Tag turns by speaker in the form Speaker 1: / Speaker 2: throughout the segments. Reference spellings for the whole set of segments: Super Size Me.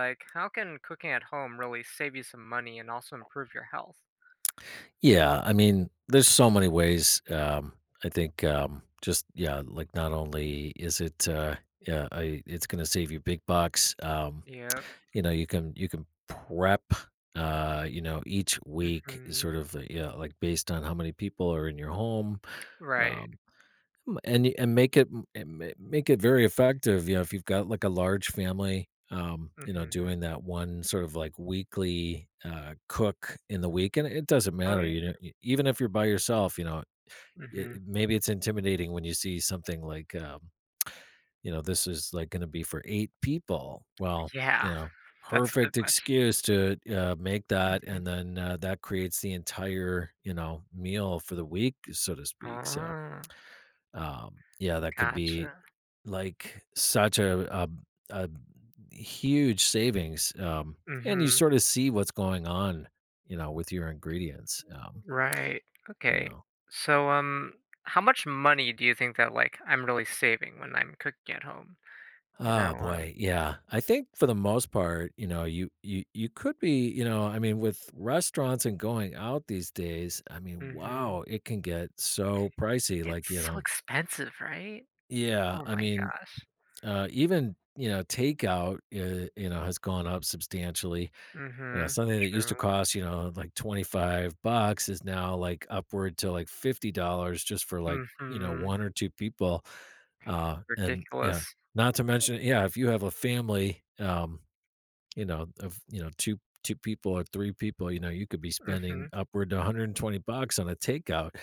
Speaker 1: Like, how can cooking at home really save you some money and also improve your health?
Speaker 2: Yeah, I mean, there's so many ways. I think just yeah, like not
Speaker 1: Mhm.
Speaker 2: only is it yeah, it's going to save you big bucks.
Speaker 1: Yep.
Speaker 2: You know, you can prep. You know, each week is
Speaker 1: Mhm.
Speaker 2: sort of yeah, like based on how many people are in your home.
Speaker 1: Right.
Speaker 2: Um, M and y and make it m and ma make it very effective, you know, if you've got, like, a large family, you know,
Speaker 1: Mhm.
Speaker 2: doing that one sort of, like, weekly, cook in the week, and it doesn't
Speaker 1: Oh,
Speaker 2: matter,
Speaker 1: yeah.
Speaker 2: you know, e even if you're by yourself, you know,
Speaker 1: Mhm.
Speaker 2: maybe it's intimidating when you see something like, you know, this is, like, gonna be for 8 people. Well, you
Speaker 1: Yeah.
Speaker 2: know,
Speaker 1: That's a bit
Speaker 2: perfect
Speaker 1: much.
Speaker 2: excuse to, make that,
Speaker 1: Mhm.
Speaker 2: and then, that creates the entire, you know, meal for the week, so to speak, so,
Speaker 1: Oh,
Speaker 2: yeah, that could be
Speaker 1: gotcha.
Speaker 2: like, such a huge savings, and you
Speaker 1: Mhm.
Speaker 2: sort of see what's going on, you know, with your ingredients,
Speaker 1: Right.
Speaker 2: you
Speaker 1: Okay.
Speaker 2: know?
Speaker 1: So, um, how much money do you think that, like, I'm really saving when I'm cooking at home? You
Speaker 2: Oh,
Speaker 1: know,
Speaker 2: boy,
Speaker 1: um
Speaker 2: yeah. I think for the most part, you know, you could be you know, I mean, with restaurants and going out these days, I mean,
Speaker 1: Mhm.
Speaker 2: wow, it can get so pricey, like,
Speaker 1: It's
Speaker 2: you
Speaker 1: so
Speaker 2: know.
Speaker 1: expensive, right?
Speaker 2: Yeah,
Speaker 1: Oh
Speaker 2: I
Speaker 1: my
Speaker 2: mean,
Speaker 1: gosh.
Speaker 2: even, you know, takeout, you know, has gone up substantially. You know,
Speaker 1: Mhm.
Speaker 2: something that used to
Speaker 1: True.
Speaker 2: cost, you know, like $25 is now like upward to like $50 just for like, you know,
Speaker 1: Mhm.
Speaker 2: one or two people. And yeah,
Speaker 1: Ridiculous.
Speaker 2: not to mention, yeah, if you have a family, you know, of, you know, two people or three people, you know, you could be spending
Speaker 1: Mhm.
Speaker 2: upward to $120 on a takeout.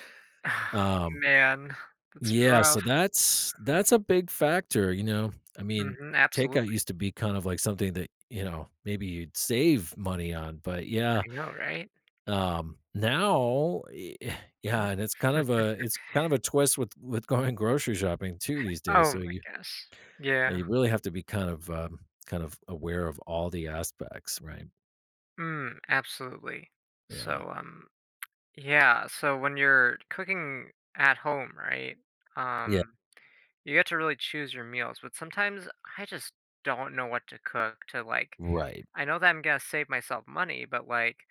Speaker 2: Um,
Speaker 1: Man, that's
Speaker 2: yeah, so
Speaker 1: rough.
Speaker 2: that's a big factor, you know. I mean,
Speaker 1: Mhm,
Speaker 2: takeout
Speaker 1: absolutely.
Speaker 2: used to be kind of like something that, you know, maybe you'd save money on, but yeah,
Speaker 1: I know, right?
Speaker 2: now yeah,
Speaker 1: Huh.
Speaker 2: and it's kind of a it's kind of a twist with going grocery shopping too these days, so
Speaker 1: Oh my
Speaker 2: you
Speaker 1: gosh.
Speaker 2: yeah,
Speaker 1: Yeah.
Speaker 2: you really have to be kind of aware of all the aspects, right?
Speaker 1: Mm, absolutely.
Speaker 2: Yeah.
Speaker 1: So, um, yeah, so when you're cooking at home, right,
Speaker 2: Yeah,
Speaker 1: um, you get to really choose your meals, but sometimes I just don't know what to cook to, like
Speaker 2: right.
Speaker 1: I know that I'm gonna save myself money, but, like,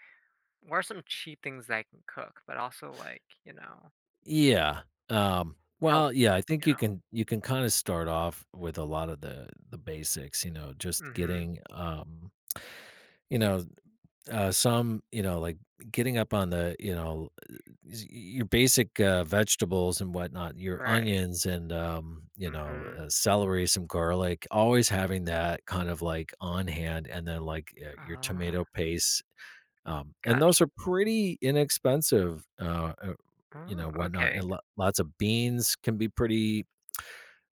Speaker 1: what are some cheap things that I can cook, but also, like,
Speaker 2: Yeah, well,
Speaker 1: healthy
Speaker 2: yeah,
Speaker 1: for
Speaker 2: I think
Speaker 1: you
Speaker 2: you
Speaker 1: know?
Speaker 2: can you can kinda start off with a lot of the basics, you know, just
Speaker 1: Mhm.
Speaker 2: getting, you know. Some, you know, like getting up on the, you know, your basic vegetables and whatnot, your
Speaker 1: Right.
Speaker 2: onions and, you know,
Speaker 1: Mhm.
Speaker 2: celery, some garlic, always having that kind of like on hand. And then like your
Speaker 1: Oh,
Speaker 2: tomato paste. And
Speaker 1: gotcha.
Speaker 2: those are pretty inexpensive, you know,
Speaker 1: Oh,
Speaker 2: whatnot. And
Speaker 1: okay.
Speaker 2: lots of beans can be pretty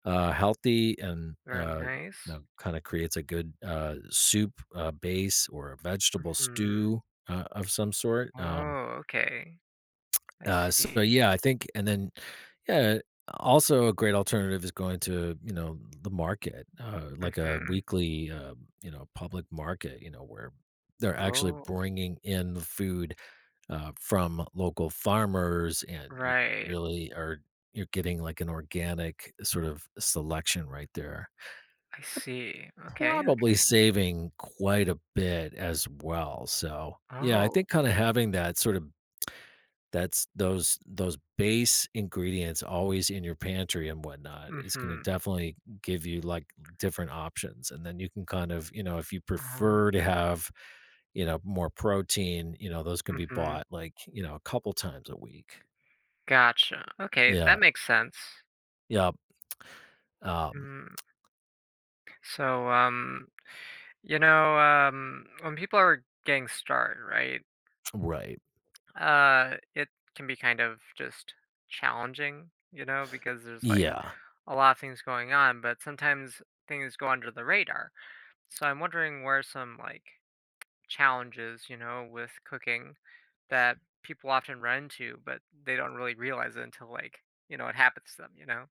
Speaker 2: healthy and
Speaker 1: Very
Speaker 2: you
Speaker 1: nice.
Speaker 2: know kind of creates a good soup base or a vegetable
Speaker 1: Mhm.
Speaker 2: stew of some sort.
Speaker 1: Oh, okay. I
Speaker 2: So
Speaker 1: see.
Speaker 2: yeah, I think, and then yeah, also a great alternative is going to you know the market, like a
Speaker 1: Mhm.
Speaker 2: weekly you know public market, you know where they're actually
Speaker 1: Oh,
Speaker 2: bringing in the food from local farmers, and you
Speaker 1: right.
Speaker 2: really are you're getting like an organic sort of selection right there.
Speaker 1: I see. Okay,
Speaker 2: Probably
Speaker 1: okay.
Speaker 2: saving quite a bit as well, so, yeah, I
Speaker 1: Oh.
Speaker 2: think kinda having that sort of that's those base ingredients always in your pantry and whatnot is gonna
Speaker 1: Mhm.
Speaker 2: definitely give you, like, different options, and then you can kind of you know, if you
Speaker 1: Oh.
Speaker 2: prefer to have, you know, more protein, you know, those can be
Speaker 1: Mhm.
Speaker 2: bought, like, you know, a couple times a week.
Speaker 1: Gotcha. Okay,
Speaker 2: Yeah,
Speaker 1: that makes sense.
Speaker 2: yep, um,
Speaker 1: Mm. So, um, you know, when people are getting started, right?
Speaker 2: right,
Speaker 1: It can be kind of just challenging, you know, because there's like
Speaker 2: yeah.
Speaker 1: a lot of things going on, but sometimes things go under the radar. So I'm wondering where some like challenges, you know, with cooking that people often run into, but they don't really realize it until like, you know, it happens to them, you know?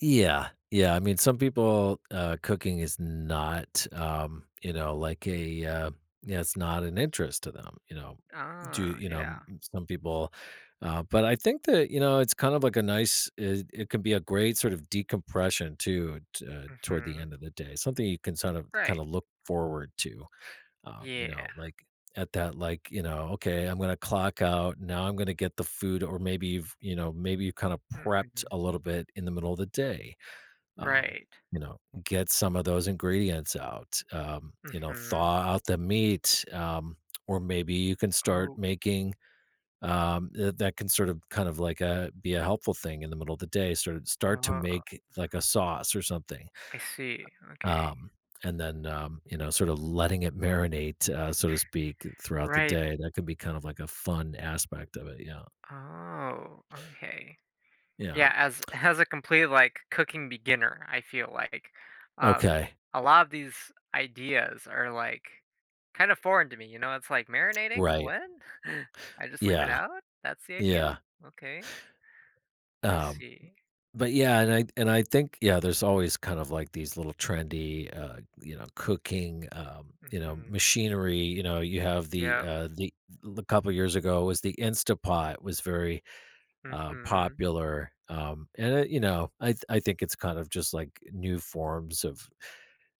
Speaker 2: Yeah. Yeah, I mean, some people, cooking is not, you know, like
Speaker 1: Mm.
Speaker 2: a, yeah, it's not an interest to them, you know? Do
Speaker 1: Ah,
Speaker 2: you know, m
Speaker 1: yeah.
Speaker 2: some people but I think that, you know, it's kind of like a nice it can be a great sort of decompression too t toward the
Speaker 1: Mm-hmm.
Speaker 2: end of the day, something you can sort of kinda
Speaker 1: Right.
Speaker 2: look forward to, you
Speaker 1: Yeah.
Speaker 2: know, like, at that, like, you know, "Okay, I'm gonna clock out, now I'm gonna get the food," or maybe you've you know, maybe you kinda prepped
Speaker 1: Mm-hmm.
Speaker 2: a little bit in the middle of the day. Um,
Speaker 1: Right.
Speaker 2: you know, get some of those ingredients out. You know,
Speaker 1: Mm-hmm.
Speaker 2: thaw out the meat, or maybe you can start
Speaker 1: Oh,
Speaker 2: making that can sort of kind of like a be a helpful thing in the middle of the day. Sort of start to
Speaker 1: uh,
Speaker 2: make like a sauce or something,
Speaker 1: I see. Okay.
Speaker 2: um, and then you know, sort of letting it marinate, so to speak, throughout the
Speaker 1: Right.
Speaker 2: day. That could be kind of like a fun aspect of it. Yeah.
Speaker 1: Oh, okay.
Speaker 2: Yeah.
Speaker 1: Yeah, as as a complete, like, cooking beginner, I feel like, um,
Speaker 2: Okay.
Speaker 1: a lot of these ideas are, like, kind of foreign to me, you know? It's like, "Marinating?
Speaker 2: Right.
Speaker 1: What? I just leave it
Speaker 2: Yeah.
Speaker 1: out? That's the idea?
Speaker 2: Yeah.
Speaker 1: Okay, I
Speaker 2: Um,
Speaker 1: see."
Speaker 2: but yeah, and I think, yeah, there's always kind of like these little trendy, you know, cooking, you know,
Speaker 1: Mhm.
Speaker 2: machinery. You know, you have
Speaker 1: Yep.
Speaker 2: the a couple years ago was the Instapot was very
Speaker 1: Mhm.
Speaker 2: popular, and it, you know, I think it's kind of just like new forms of,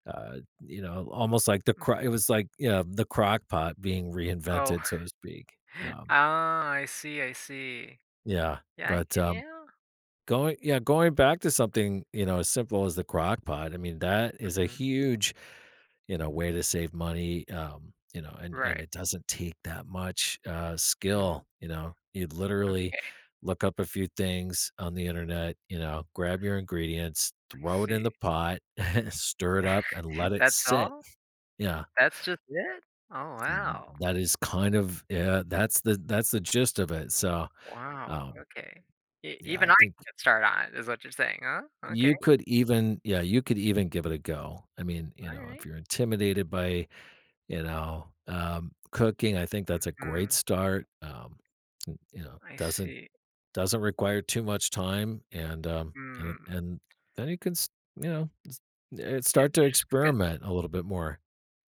Speaker 2: you know, almost like the
Speaker 1: Mm
Speaker 2: it was like you know the crock pot being
Speaker 1: Oh.
Speaker 2: reinvented, so to speak.
Speaker 1: Ah, I see, I see.
Speaker 2: Yeah,
Speaker 1: Yeah, I
Speaker 2: but
Speaker 1: can yeah.
Speaker 2: going yeah, going back to something, you know, as simple as the crock pot, I mean, that is a
Speaker 1: Mhm.
Speaker 2: huge, you know, way to save money, you know, and
Speaker 1: Right.
Speaker 2: it doesn't take that much,
Speaker 1: Mhm.
Speaker 2: skill, you know? You literally
Speaker 1: Okay,
Speaker 2: look up a few things on the internet, you know, grab your ingredients,
Speaker 1: I
Speaker 2: throw it in
Speaker 1: see.
Speaker 2: the pot, stir it up, and let it
Speaker 1: That's
Speaker 2: sit.
Speaker 1: all?
Speaker 2: Yeah,
Speaker 1: That's just it? Oh,
Speaker 2: n
Speaker 1: wow.
Speaker 2: that is kind of yeah, that's the gist of it, so,
Speaker 1: Wow,
Speaker 2: um,
Speaker 1: okay. E
Speaker 2: yeah,
Speaker 1: even
Speaker 2: I
Speaker 1: I
Speaker 2: think
Speaker 1: can get started on it is what you're saying, huh? Okay,
Speaker 2: you could even yeah, you could even give it a go. I mean, you know,
Speaker 1: alright.
Speaker 2: if you're intimidated by, you know, cooking, I think that's a great
Speaker 1: Hmm.
Speaker 2: start. N you know,
Speaker 1: I see.
Speaker 2: doesn't require too much time, and,
Speaker 1: Hmm.
Speaker 2: and then you know,
Speaker 1: Yeah,
Speaker 2: start to
Speaker 1: you just cook it.
Speaker 2: experiment a little bit more.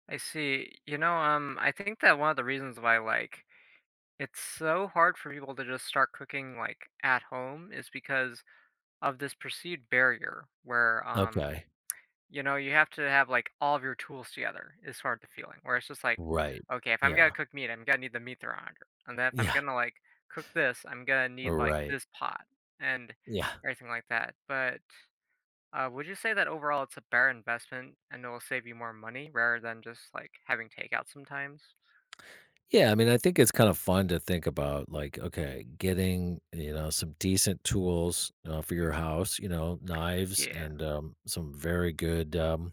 Speaker 1: I see. I think that one of the reasons why, like, it's so hard for people to just start cooking, like, at home is because of this perceived barrier where,
Speaker 2: Okay.
Speaker 1: You know, you have to have, like, all of your tools together is sort of the feeling, where it's just like,
Speaker 2: Right.
Speaker 1: "Okay, if I'm gonna
Speaker 2: Yeah.
Speaker 1: cook meat, I'm gonna need the meat thermometer, and then if I'm
Speaker 2: Yeah.
Speaker 1: gonna, like, cook this, I'm gonna need, like,
Speaker 2: Right.
Speaker 1: this pot," and
Speaker 2: Yeah.
Speaker 1: everything like that, but, would you say that overall it's a better investment and it'll save you more money rather than just, like, having takeout sometimes?
Speaker 2: Yeah, I mean, I think it's kind of fun to think about, like, okay, getting you know some decent tools for your
Speaker 1: Mhm.
Speaker 2: house, you know, knives
Speaker 1: Yeah.
Speaker 2: and some very good um,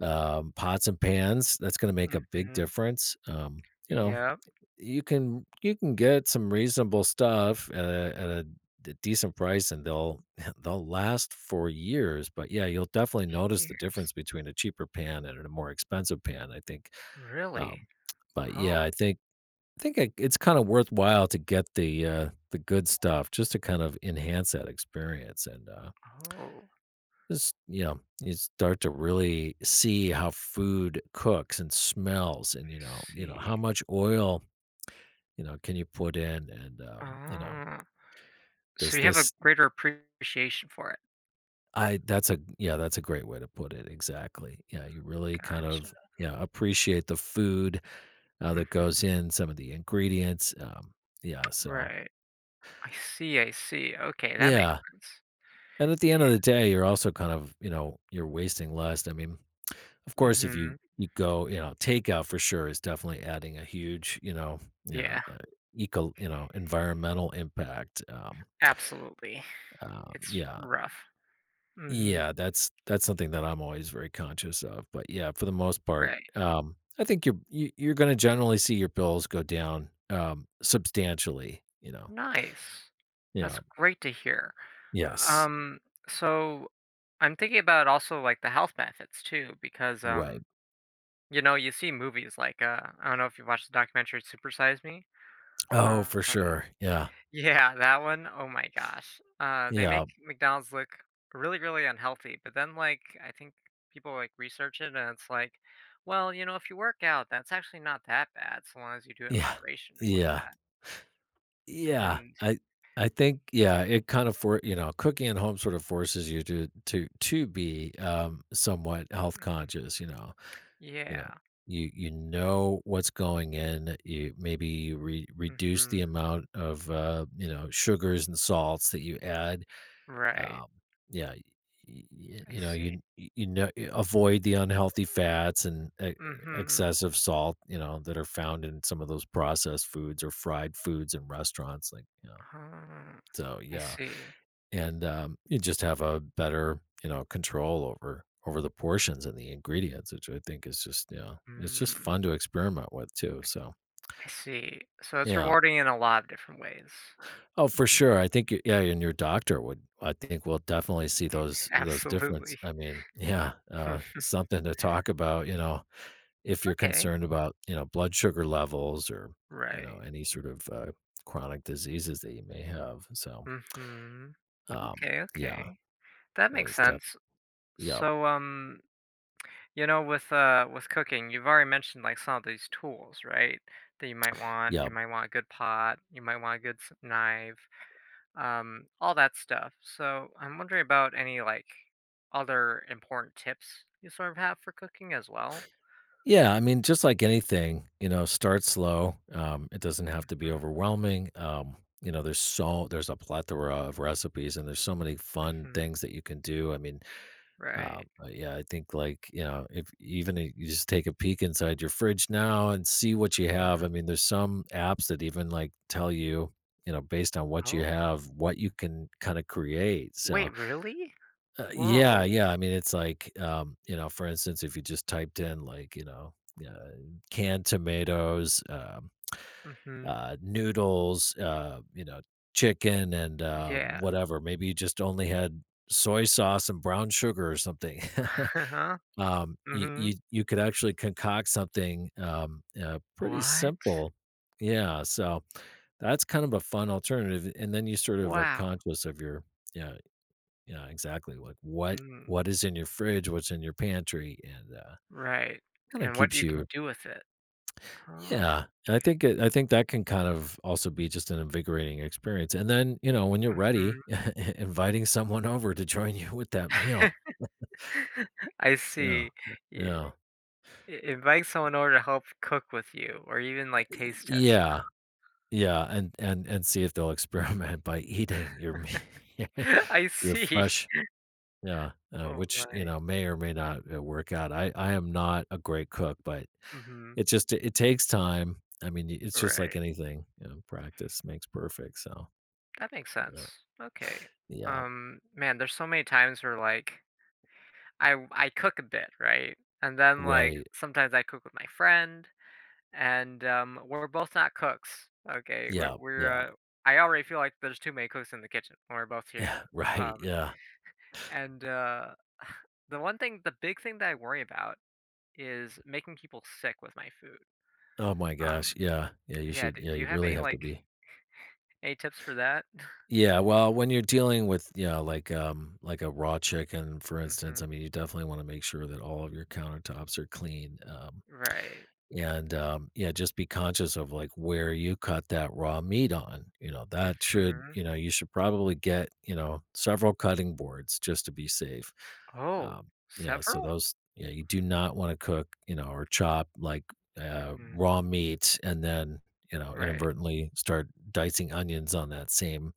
Speaker 2: um, pots and pans. That's going to make a big
Speaker 1: Mhm.
Speaker 2: difference. You know,
Speaker 1: Yep.
Speaker 2: you can get some reasonable stuff at at a decent price, and they'll they'll last for years. But yeah, you'll definitely notice the
Speaker 1: Years.
Speaker 2: difference between a cheaper pan and a more expensive pan, I think. Um,
Speaker 1: Really?
Speaker 2: but yeah,
Speaker 1: Oh,
Speaker 2: I think it it's kinda worthwhile to get the good stuff just to kind of enhance that experience and,
Speaker 1: oh,
Speaker 2: just, you know, you start to really see how food cooks and smells
Speaker 1: I
Speaker 2: and, you know, how
Speaker 1: see.
Speaker 2: much oil, you know, can you put in and, you know,
Speaker 1: Oh.
Speaker 2: does
Speaker 1: So you have a
Speaker 2: this
Speaker 1: greater appreciation for it.
Speaker 2: I that's a yeah, that's a great way to put it, exactly. Yeah, you really kind
Speaker 1: Gotcha.
Speaker 2: of, yeah, appreciate the food, that goes
Speaker 1: Mhm.
Speaker 2: in, some of the ingredients, yeah, so
Speaker 1: Right. I see, I see. Okay, that makes
Speaker 2: yeah.
Speaker 1: sense.
Speaker 2: And at the end
Speaker 1: Yeah.
Speaker 2: of the day, you're also kind of, you know, you're wasting less. I mean, of course, if
Speaker 1: Mhm.
Speaker 2: you go, you know, takeout for sure is definitely adding a huge, you know, yeah,
Speaker 1: Yeah,
Speaker 2: eco, you know, environmental impact.
Speaker 1: absolutely. It's
Speaker 2: Yeah,
Speaker 1: rough. Mhm.
Speaker 2: yeah, that's something that I'm always very conscious of. But yeah, for the most part,
Speaker 1: Right.
Speaker 2: I think you're going to generally see your bills go down substantially. You know,
Speaker 1: Nice. That's
Speaker 2: yeah,
Speaker 1: great to hear.
Speaker 2: yes,
Speaker 1: Um, so I'm thinking about also like the health benefits too, because
Speaker 2: right.
Speaker 1: you know, you see movies like I don't know if you watched the documentary Super Size Me.
Speaker 2: Oh, for
Speaker 1: Um
Speaker 2: sure. Yeah,
Speaker 1: Yeah, that one. Oh my gosh. They
Speaker 2: yeah,
Speaker 1: make McDonald's look really, really unhealthy, but then like I think people like research it and it's like, well, you know, if you work out, that's actually not that bad so long as you do it in
Speaker 2: yeah,
Speaker 1: moderation or something
Speaker 2: yeah.
Speaker 1: like that.
Speaker 2: Yeah,
Speaker 1: And
Speaker 2: I think yeah, it kind of for you know, cooking at home sort of forces you to be somewhat health
Speaker 1: mhm,
Speaker 2: conscious. You know, you know,
Speaker 1: yeah.
Speaker 2: you know what's going in. You maybe reduce the
Speaker 1: hmm
Speaker 2: amount of you know sugars and salts that you add.
Speaker 1: Right.
Speaker 2: Um, yeah.
Speaker 1: I
Speaker 2: You know,
Speaker 1: see.
Speaker 2: you know, you avoid the unhealthy fats and
Speaker 1: Mm-hmm.
Speaker 2: excessive salt, you know, that are found in some of those processed foods or fried foods in restaurants. Like, you know,
Speaker 1: Uh,
Speaker 2: so
Speaker 1: I
Speaker 2: yeah,
Speaker 1: see.
Speaker 2: and you just have a better you know control over the portions and the ingredients, which I think is just yeah, it's just
Speaker 1: Mm,
Speaker 2: fun to experiment with too. So
Speaker 1: I see. So it's
Speaker 2: yeah,
Speaker 1: rewarding in a lot of different ways.
Speaker 2: oh for
Speaker 1: Mhm,
Speaker 2: sure, I think yeah, and your doctor would I think will definitely see those difference.
Speaker 1: Absolutely.
Speaker 2: I mean yeah, something to talk about. You know if you're
Speaker 1: Okay.
Speaker 2: concerned about you know blood sugar levels or you know
Speaker 1: Right.
Speaker 2: any sort of chronic diseases that you may have. So
Speaker 1: Mm-hmm.
Speaker 2: um,
Speaker 1: Okay,
Speaker 2: yeah,
Speaker 1: okay. That
Speaker 2: that
Speaker 1: makes
Speaker 2: is def-
Speaker 1: sense.
Speaker 2: yeah
Speaker 1: So, um, you know, with cooking, you've already mentioned like some of these tools, right? That you might want.
Speaker 2: Yeah.
Speaker 1: You might want a good pot, you might want a good knife, all that stuff. So, I'm wondering about any like other important tips you sort of have for cooking as well.
Speaker 2: Yeah, I mean, just like anything, start slow. It doesn't have to be
Speaker 1: Mm,
Speaker 2: overwhelming. There's a plethora of recipes and there's so many fun
Speaker 1: Mm-hmm.
Speaker 2: things that you can do.
Speaker 1: Right.
Speaker 2: But yeah, I think like, you know, if even if you just take a peek inside your fridge now and see what you have.
Speaker 1: hmm
Speaker 2: I mean, there's some apps that even like tell you, based on what you
Speaker 1: Oh,
Speaker 2: have, what you can kind of create. So,
Speaker 1: wait, really? Whoa.
Speaker 2: yeah. I mean, it's like, for instance, if you just typed in uh, canned tomatoes,
Speaker 1: Mm-hmm.
Speaker 2: noodles, chicken and
Speaker 1: Yeah.
Speaker 2: whatever, maybe you just only had soy sauce and brown sugar or something.
Speaker 1: Uh-huh.
Speaker 2: Um, you you
Speaker 1: Mm-hmm.
Speaker 2: you could actually concoct something, pretty
Speaker 1: What?
Speaker 2: simple. Yeah, so that's kind of a fun alternative, and then you sort of are
Speaker 1: Wow.
Speaker 2: conscious of yeah, yeah, exactly, like, what
Speaker 1: Mm,
Speaker 2: what is in your fridge, what's in your pantry, and,
Speaker 1: right,
Speaker 2: kinda
Speaker 1: and what
Speaker 2: keeps
Speaker 1: you can
Speaker 2: you.
Speaker 1: do with it. Oh,
Speaker 2: Yeah, and I think that can kind of also be just an invigorating experience, and then, you know, when you're
Speaker 1: mm.
Speaker 2: ready, inviting someone over to join you with that meal.
Speaker 1: I
Speaker 2: Yeah,
Speaker 1: see. Yeah,
Speaker 2: yeah.
Speaker 1: invite someone over to help cook with you or even, like, taste test it.
Speaker 2: Yeah. Yeah, and see if they'll experiment by eating your me
Speaker 1: I
Speaker 2: your
Speaker 1: see.
Speaker 2: fresh, yeah,
Speaker 1: Oh,
Speaker 2: which, you
Speaker 1: right.
Speaker 2: know, may or may not, work out. I am not a great cook, but
Speaker 1: Mhm.
Speaker 2: it takes time. I mean, I it's just like
Speaker 1: Right.
Speaker 2: anything, you know, practice makes perfect, so,
Speaker 1: That makes
Speaker 2: yeah.
Speaker 1: sense. Okay.
Speaker 2: Yeah,
Speaker 1: Man, there's so many times where, like, I cook a bit, right? And then, like,
Speaker 2: right.
Speaker 1: sometimes I cook with my friend and, we're both not cooks, okay? We're
Speaker 2: Yeah,
Speaker 1: we're,
Speaker 2: yeah,
Speaker 1: uh I already feel like there's too many cooks in the kitchen when we're both together,
Speaker 2: right,
Speaker 1: um,
Speaker 2: yeah.
Speaker 1: and, the big thing that I worry about is making people sick with my food,
Speaker 2: Oh my gosh,
Speaker 1: um,
Speaker 2: yeah, yeah, you
Speaker 1: yeah,
Speaker 2: should, yeah,
Speaker 1: do you
Speaker 2: you
Speaker 1: have
Speaker 2: really
Speaker 1: any,
Speaker 2: have to
Speaker 1: like,
Speaker 2: be.
Speaker 1: any tips for that?
Speaker 2: Yeah, well, when you're dealing with, yeah, like a raw chicken, for instance, I
Speaker 1: Mhm,
Speaker 2: mean, you definitely wanna make sure that all of your countertops are clean,
Speaker 1: right,
Speaker 2: and, yeah, just be conscious of, like, where you cut that raw meat on,
Speaker 1: mhm.
Speaker 2: you know, you should probably get, you know, several cutting boards just to be safe.
Speaker 1: Oh,
Speaker 2: Um, yeah, so
Speaker 1: several?
Speaker 2: those, yeah, you do not wanna cook, you know, or chop, like,
Speaker 1: Mhm,
Speaker 2: raw meat and then, you know,
Speaker 1: right,
Speaker 2: inadvertently start dicing onions on that same,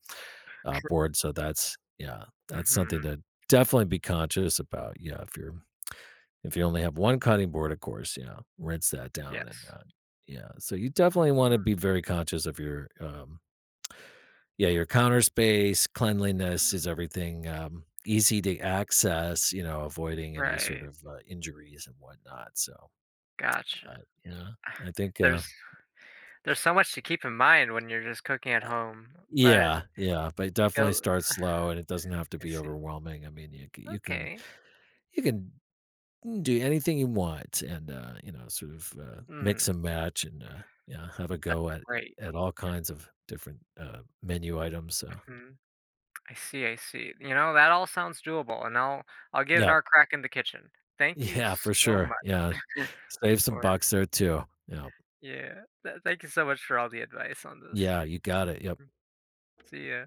Speaker 2: board. So that's, yeah, that's something
Speaker 1: mhm,
Speaker 2: to definitely be conscious about. Yeah, if you're, if you only have one cutting board, of course, yeah, rinse that down and
Speaker 1: yes.
Speaker 2: yeah. So you definitely want to be very conscious of your yeah, your counter space. Cleanliness is
Speaker 1: Mhm,
Speaker 2: everything. Easy to access, you know, avoiding any sort
Speaker 1: right,
Speaker 2: of injuries and whatnot. So I,
Speaker 1: gotcha.
Speaker 2: yeah, I think
Speaker 1: There's There's so much to keep in mind when you're just cooking at
Speaker 2: uh,
Speaker 1: home, but
Speaker 2: yeah, yeah, but definitely
Speaker 1: you'll.
Speaker 2: start slow, and it doesn't have to
Speaker 1: I
Speaker 2: be
Speaker 1: see.
Speaker 2: overwhelming. I mean, you c-
Speaker 1: Okay.
Speaker 2: you can Mm, do anything you want and, you know, sort of, mix
Speaker 1: Mm,
Speaker 2: and match and, yeah, have a
Speaker 1: that's
Speaker 2: go at
Speaker 1: great.
Speaker 2: all kinds of different, menu items, so
Speaker 1: Mhm. I see, I see. You know, that all sounds doable, and I'll give an
Speaker 2: yeah,
Speaker 1: our crack in the kitchen. Thank you
Speaker 2: Yeah, for
Speaker 1: so
Speaker 2: sure,
Speaker 1: much
Speaker 2: yeah. Save some
Speaker 1: for
Speaker 2: bucks there too. Yeah,
Speaker 1: yeah. Th Thank you so much for all the advice on this.
Speaker 2: yeah, you got it, yep.
Speaker 1: Mm, See ya.